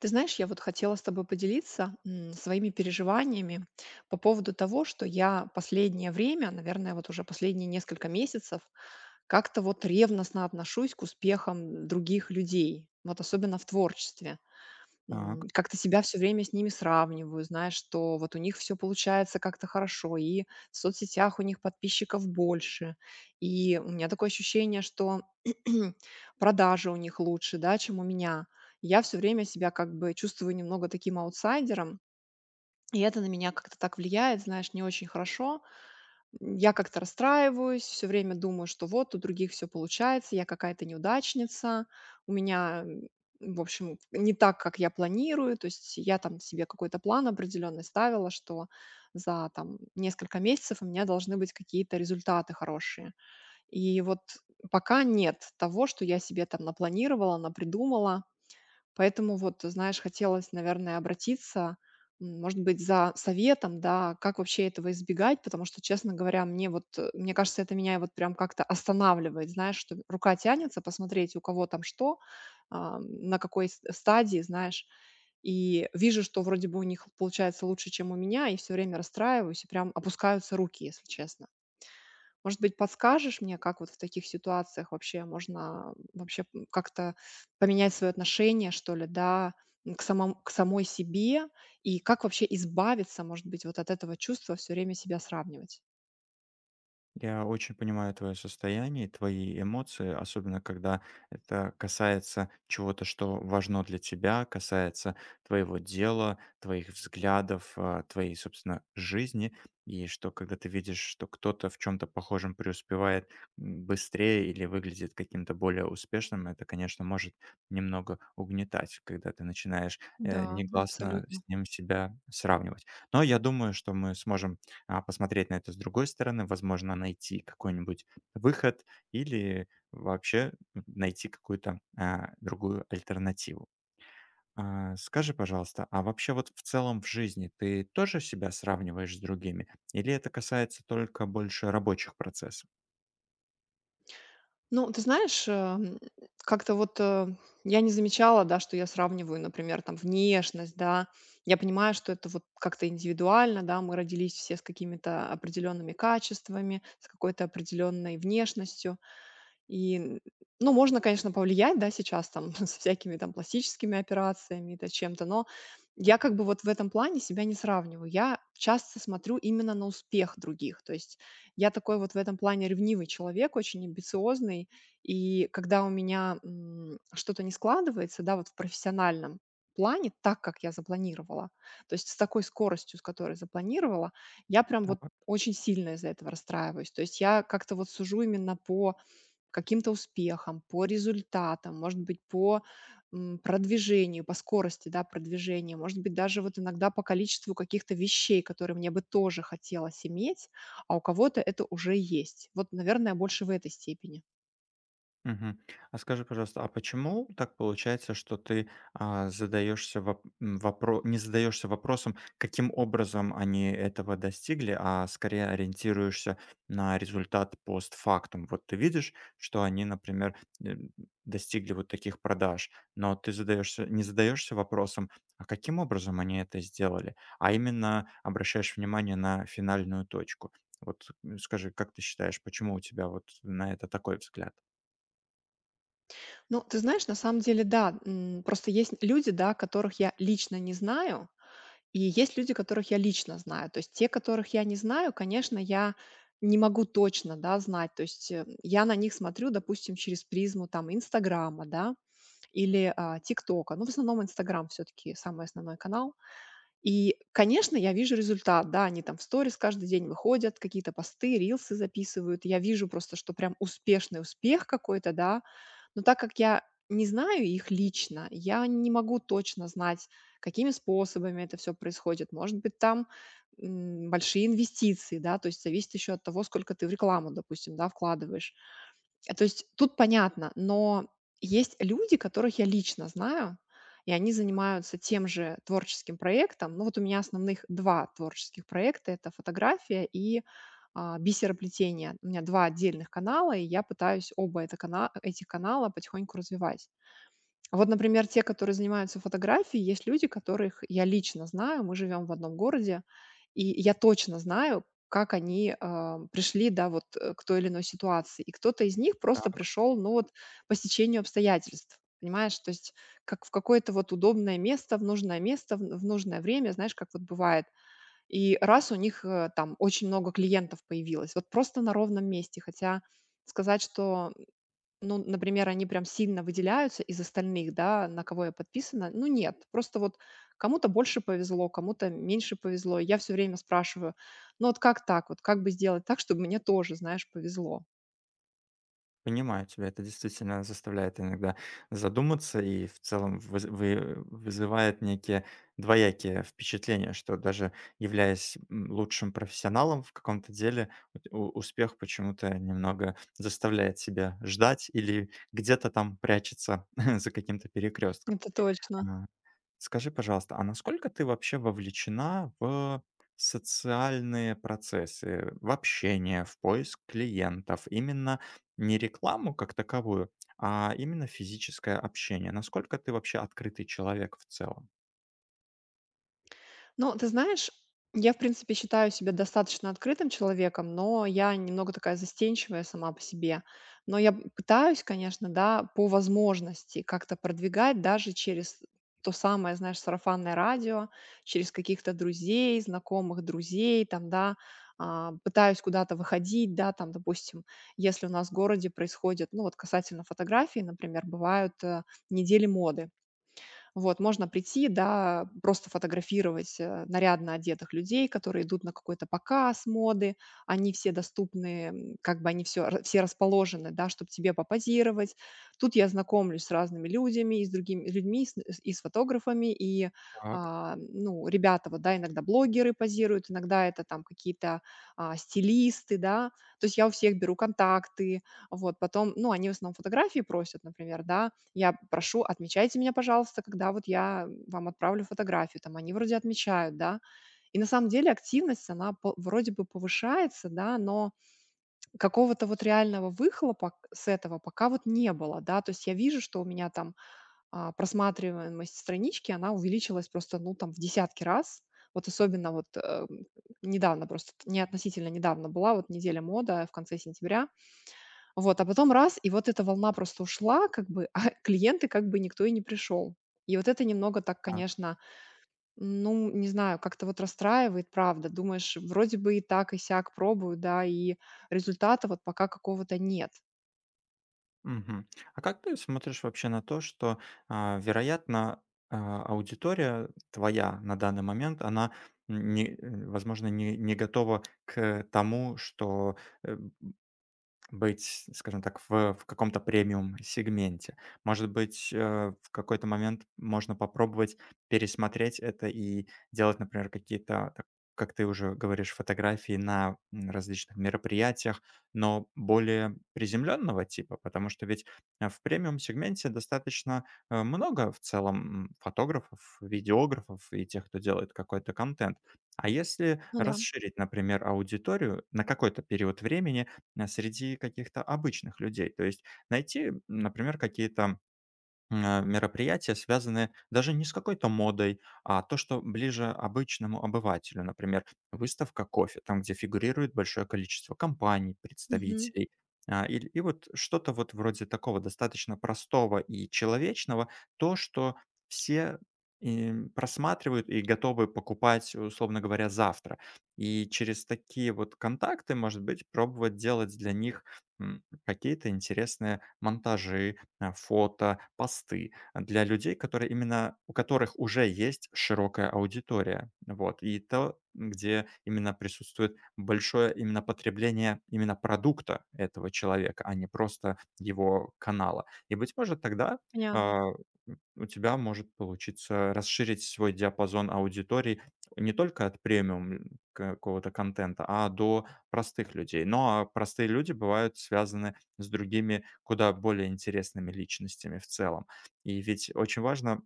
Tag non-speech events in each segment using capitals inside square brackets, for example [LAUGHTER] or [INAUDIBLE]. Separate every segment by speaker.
Speaker 1: Ты знаешь, я вот хотела с тобой поделиться своими переживаниями по поводу того, что я последнее время, наверное, вот уже последние несколько месяцев, как-то вот ревностно отношусь к успехам других людей, вот особенно в творчестве.
Speaker 2: Так,
Speaker 1: Как-то себя все время с ними сравниваю, знаешь, что вот у них все получается как-то хорошо, и в соцсетях у них подписчиков больше, и у меня такое ощущение, что [CLEARS THROAT] продажи у них лучше, да, чем у меня. Я все время себя как бы чувствую немного таким аутсайдером, и это на меня как-то так влияет, знаешь, не очень хорошо. Я как-то расстраиваюсь, все время думаю, что вот у других все получается, я какая-то неудачница, у меня, в общем, не так, как я планирую. То есть я там себе какой-то план определенный ставила, что за там несколько месяцев у меня должны быть какие-то результаты хорошие. И вот пока нет того, что я себе там напланировала, напридумала. Поэтому вот, знаешь, хотелось, наверное, обратиться, может быть, за советом, да, как вообще этого избегать, потому что, честно говоря, мне кажется, это меня вот прям как-то останавливает, знаешь, что рука тянется посмотреть, у кого там что, на какой стадии, знаешь, и вижу, что вроде бы у них получается лучше, чем у меня, и все время расстраиваюсь, и прям опускаются руки, если честно. Может быть, подскажешь мне, как вот в таких ситуациях вообще можно вообще как-то поменять свое отношение, что ли, да, к самой себе, и как вообще избавиться, может быть, вот от этого чувства все время себя сравнивать?
Speaker 2: я очень понимаю твое состояние, и твои эмоции, особенно когда это касается чего-то, что важно для тебя, касается твоего дела, твоих взглядов, твоей, собственно, жизни. И что когда ты видишь, что кто-то в чем-то похожем преуспевает быстрее или выглядит каким-то более успешным, это, конечно, может немного угнетать, когда ты начинаешь
Speaker 1: Да,
Speaker 2: негласно
Speaker 1: абсолютно.
Speaker 2: с ним себя сравнивать. Но я думаю, что мы сможем посмотреть на это с другой стороны, возможно, найти какой-нибудь выход или вообще найти какую-то другую альтернативу. Скажи, пожалуйста, а вообще вот в целом в жизни ты тоже себя сравниваешь с другими? Или это касается только больше рабочих процессов?
Speaker 1: Ну, ты знаешь, как-то вот я не замечала, да, что я сравниваю, например, там внешность, да. Я понимаю, что это вот как-то индивидуально, да, мы родились все с какими-то определенными качествами, с какой-то определенной внешностью. И, ну, можно, конечно, повлиять, да, сейчас там [LAUGHS] с всякими там пластическими операциями, да, чем-то, но я как бы вот в этом плане себя не сравниваю. Я часто смотрю именно на успех других. То есть я такой вот в этом плане ревнивый человек, очень амбициозный. И когда у меня, что-то не складывается, да, вот в профессиональном плане так, как я запланировала, то есть с такой скоростью, с которой запланировала, я прям вот очень сильно из-за этого расстраиваюсь. То есть я как-то вот сужу именно по каким-то успехам, по результатам, может быть, по продвижению, по скорости да, продвижения, может быть, даже вот иногда по количеству каких-то вещей, которые мне бы тоже хотелось иметь, а у кого-то это уже есть. Вот, наверное, больше в этой степени.
Speaker 2: Мгм. А скажи, пожалуйста, а почему так получается, что ты, а, задаешься воп м, вопро не задаешься вопросом, каким образом они этого достигли, а скорее ориентируешься на результат постфактум? Вот ты видишь, что они, например, м, достигли вот таких продаж, но ты задаешься не задаешься вопросом, а каким образом они это сделали, а именно обращаешь внимание на финальную точку. Вот, скажи, как ты считаешь, почему у тебя вот на это такой взгляд?
Speaker 1: Ну, ты знаешь, на самом деле, да, просто есть люди, да, которых я лично не знаю, и есть люди, которых я лично знаю. То есть те, которых я не знаю, конечно, я не могу точно, да, знать. То есть, я на них смотрю, допустим, через призму там "Инстаграма", да, или, "Тиктока". Ну, в основном "Инстаграм" все таки самый основной канал. И, конечно, я вижу результат, да, они там в сторис каждый день выходят, какие-то посты, рилсы записывают. Я вижу просто, что прям успешный успех какой-то, да. Но так как я не знаю их лично, я не могу точно знать, какими способами это все происходит. Может быть, там большие инвестиции, да, то есть зависит еще от того, сколько ты в рекламу, допустим, да, вкладываешь. А, то есть тут понятно, но есть люди, которых я лично знаю, и они занимаются тем же творческим проектом. Ну, вот у меня основных 2 творческих проекта- это фотография и, бисероплетение. У меня 2 отдельных канала, и я пытаюсь оба это кана этих канала потихоньку развивать. А вот, например, те, которые занимаются фотографией, есть люди, которых я лично знаю, мы живем в одном городе, и я точно знаю, как они пришли, да, вот к той или иной ситуации. И кто-то из них просто пришел, ну вот, по стечению обстоятельств, понимаешь? То есть как в какое-то вот удобное место, в нужное место, в нужное время, знаешь, как вот бывает. И раз у них там очень много клиентов появилось, вот просто на ровном месте, хотя сказать, что ну, например, они прям сильно выделяются из остальных, да, на кого я подписана. Ну, нет, просто вот кому-то больше повезло, кому-то меньше повезло. Я все время спрашиваю, ну вот как так, вот как бы сделать так, чтобы мне тоже, знаешь, повезло.
Speaker 2: Понимаю тебя, это действительно заставляет иногда задуматься и в целом вызывает некие двоякие впечатления, что даже являясь лучшим профессионалом в каком-то деле, успех почему-то немного заставляет себя ждать или где-то там прячется [LAUGHS] за каким-то перекрестком.
Speaker 1: Это точно.
Speaker 2: Скажи, пожалуйста, а насколько ты вообще вовлечена в социальные процессы, в общение, в поиск клиентов? Именно не рекламу как таковую, а именно физическое общение. Насколько ты вообще открытый человек в целом?
Speaker 1: Ну, ты знаешь, я, в принципе, считаю себя достаточно открытым человеком, но я немного такая застенчивая сама по себе. Но я пытаюсь, конечно, да, по возможности как-то продвигать даже через то самое, знаешь, сарафанное радио, через каких-то друзей, знакомых друзей, там, да, пытаюсь куда-то выходить, да, там, допустим, если у нас в городе происходит, ну, вот касательно фотографий, например, бывают недели моды, вот, можно прийти, да, просто фотографировать нарядно одетых людей, которые идут на какой-то показ моды, они все доступны, как бы они все расположены, да, чтобы тебе попозировать. Тут я знакомлюсь с разными людьми, и с другими людьми, и с фотографами, и,
Speaker 2: Так.
Speaker 1: ну, ребята, вот, да, иногда блогеры позируют, иногда это там какие-то стилисты, да, то есть я у всех беру контакты, вот, потом, ну, они в основном фотографии просят, например, да, я прошу, отмечайте меня, пожалуйста, когда вот я вам отправлю фотографию. Там они вроде отмечают, да. И на самом деле активность, она вроде бы повышается, да, но какого-то вот реального выхлопа с этого пока вот не было, да. То есть я вижу, что у меня там просматриваемость странички, она увеличилась просто, ну, там в десятки раз. Вот особенно вот недавно, просто не относительно недавно была, вот неделя мода в конце сентября, вот, а потом раз, и вот эта волна просто ушла, как бы, [LAUGHS] а клиенты как бы никто и не пришел. И вот это немного так,
Speaker 2: Так.
Speaker 1: конечно, ну, не знаю, как-то вот расстраивает, правда. Думаешь, вроде бы и так, и сяк пробую, да, и результата вот пока какого-то нет.
Speaker 2: Мгм. А как ты смотришь вообще на то, что, вероятно, аудитория твоя на данный момент, она не, э, возможно, не готова к тому, что э, быть, скажем так, в каком-то премиум-сегменте. Может быть, в какой-то момент можно попробовать пересмотреть это и делать, например, какие-то, так как ты уже говоришь, фотографии на, различных мероприятиях, но более приземленного типа, потому что ведь, в премиум-сегменте достаточно, много в целом, фотографов, видеографов и тех, кто делает какой-то контент. А если
Speaker 1: Ну да,
Speaker 2: расширить, например, аудиторию на какой-то период времени среди каких-то обычных людей. То есть найти, например, какие-то мероприятия, связанные даже не с какой-то модой, а то, что ближе обычному обывателю. Например, выставка кофе, там, где фигурирует большое количество компаний,
Speaker 1: мгм,
Speaker 2: представителей. И вот что-то вот вроде такого достаточно простого и человечного, то, что все просматривают и готовы покупать, условно говоря, завтра. И через такие вот контакты, может быть, пробовать делать для них какие-то интересные монтажи, фото, посты для людей, которые именно у которых уже есть широкая аудитория. Вот. И то, где именно присутствует большое именно потребление именно продукта этого человека, а не просто его канала. И, быть может, тогда
Speaker 1: понятно.
Speaker 2: а, у тебя может получиться расширить свой диапазон аудитории не только от премиум какого-то контента, а до простых людей. Но а простые люди бывают связаны с другими куда более интересными личностями в целом. И ведь очень важно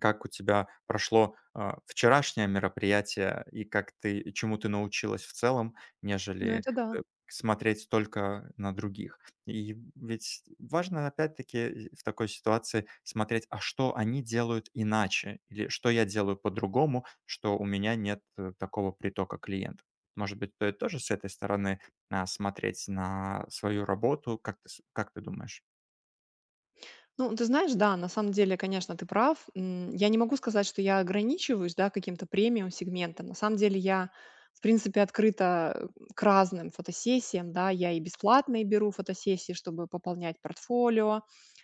Speaker 2: как у тебя прошло, вчерашнее мероприятие и как ты чему ты научилась в целом,
Speaker 1: Ну
Speaker 2: нежели,
Speaker 1: это да.
Speaker 2: э, смотреть только на других? И ведь важно опять-таки в такой ситуации смотреть, а что они делают иначе или что я делаю по-другому, что у меня нет, такого притока клиентов. Может быть, стоит тоже с этой стороны, смотреть на свою работу? Как ты думаешь?
Speaker 1: Ну, ты знаешь, да, на самом деле, конечно, ты прав. Я не могу сказать, что я ограничиваюсь, да, каким-то премиум-сегментом. На самом деле я, в принципе, открыта к разным фотосессиям, да, я и бесплатные беру фотосессии, чтобы пополнять портфолио.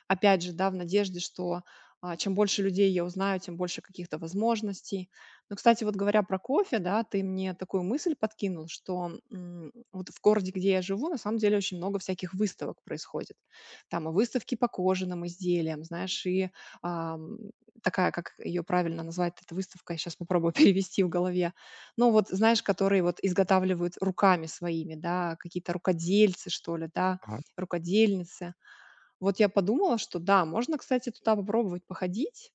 Speaker 1: Опять же, да, в надежде, что чем больше людей я узнаю, тем больше каких-то возможностей. Но, кстати, вот говоря про кофе, да, ты мне такую мысль подкинул, что вот в городе, где я живу, на самом деле очень много всяких выставок происходит. Там выставки по кожаным изделиям, знаешь, и, ам, такая, как ее правильно назвать, эта выставка, я сейчас попробую [LAUGHS] перевести в голове. Ну, вот, знаешь, которые вот изготавливают руками своими, да, какие-то рукодельцы, что ли, да,
Speaker 2: Ага,
Speaker 1: рукодельницы. Вот я подумала, что да, можно, кстати, туда попробовать походить.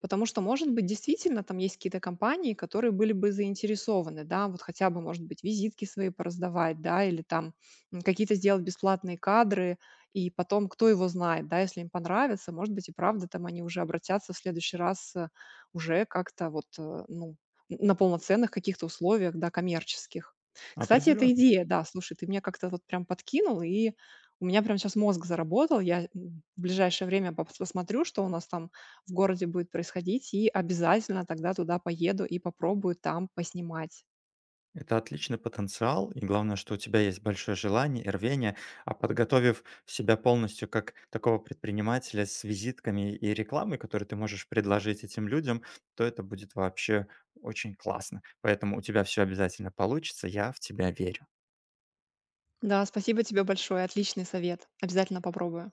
Speaker 1: Потому что, может быть, действительно там есть какие-то компании, которые были бы заинтересованы, да, вот хотя бы, может быть, визитки свои пораздавать, да, или там какие-то сделать бесплатные кадры, и потом, кто его знает, да, если им понравится, может быть, и правда там они уже обратятся в следующий раз уже как-то вот, ну, на полноценных каких-то условиях, да, коммерческих. Кстати, эта
Speaker 2: определенно.
Speaker 1: идея, да, слушай, ты меня как-то вот прям подкинул, и у меня прям сейчас мозг заработал, я в ближайшее время посмотрю, что у нас там в городе будет происходить, и обязательно тогда туда поеду и попробую там поснимать.
Speaker 2: Это отличный потенциал, и главное, что у тебя есть большое желание и рвение, а подготовив себя полностью как такого предпринимателя с визитками и рекламой, которую ты можешь предложить этим людям, то это будет вообще очень классно. Поэтому у тебя все обязательно получится, я в тебя верю.
Speaker 1: Да, спасибо тебе большое, отличный совет. Обязательно попробую.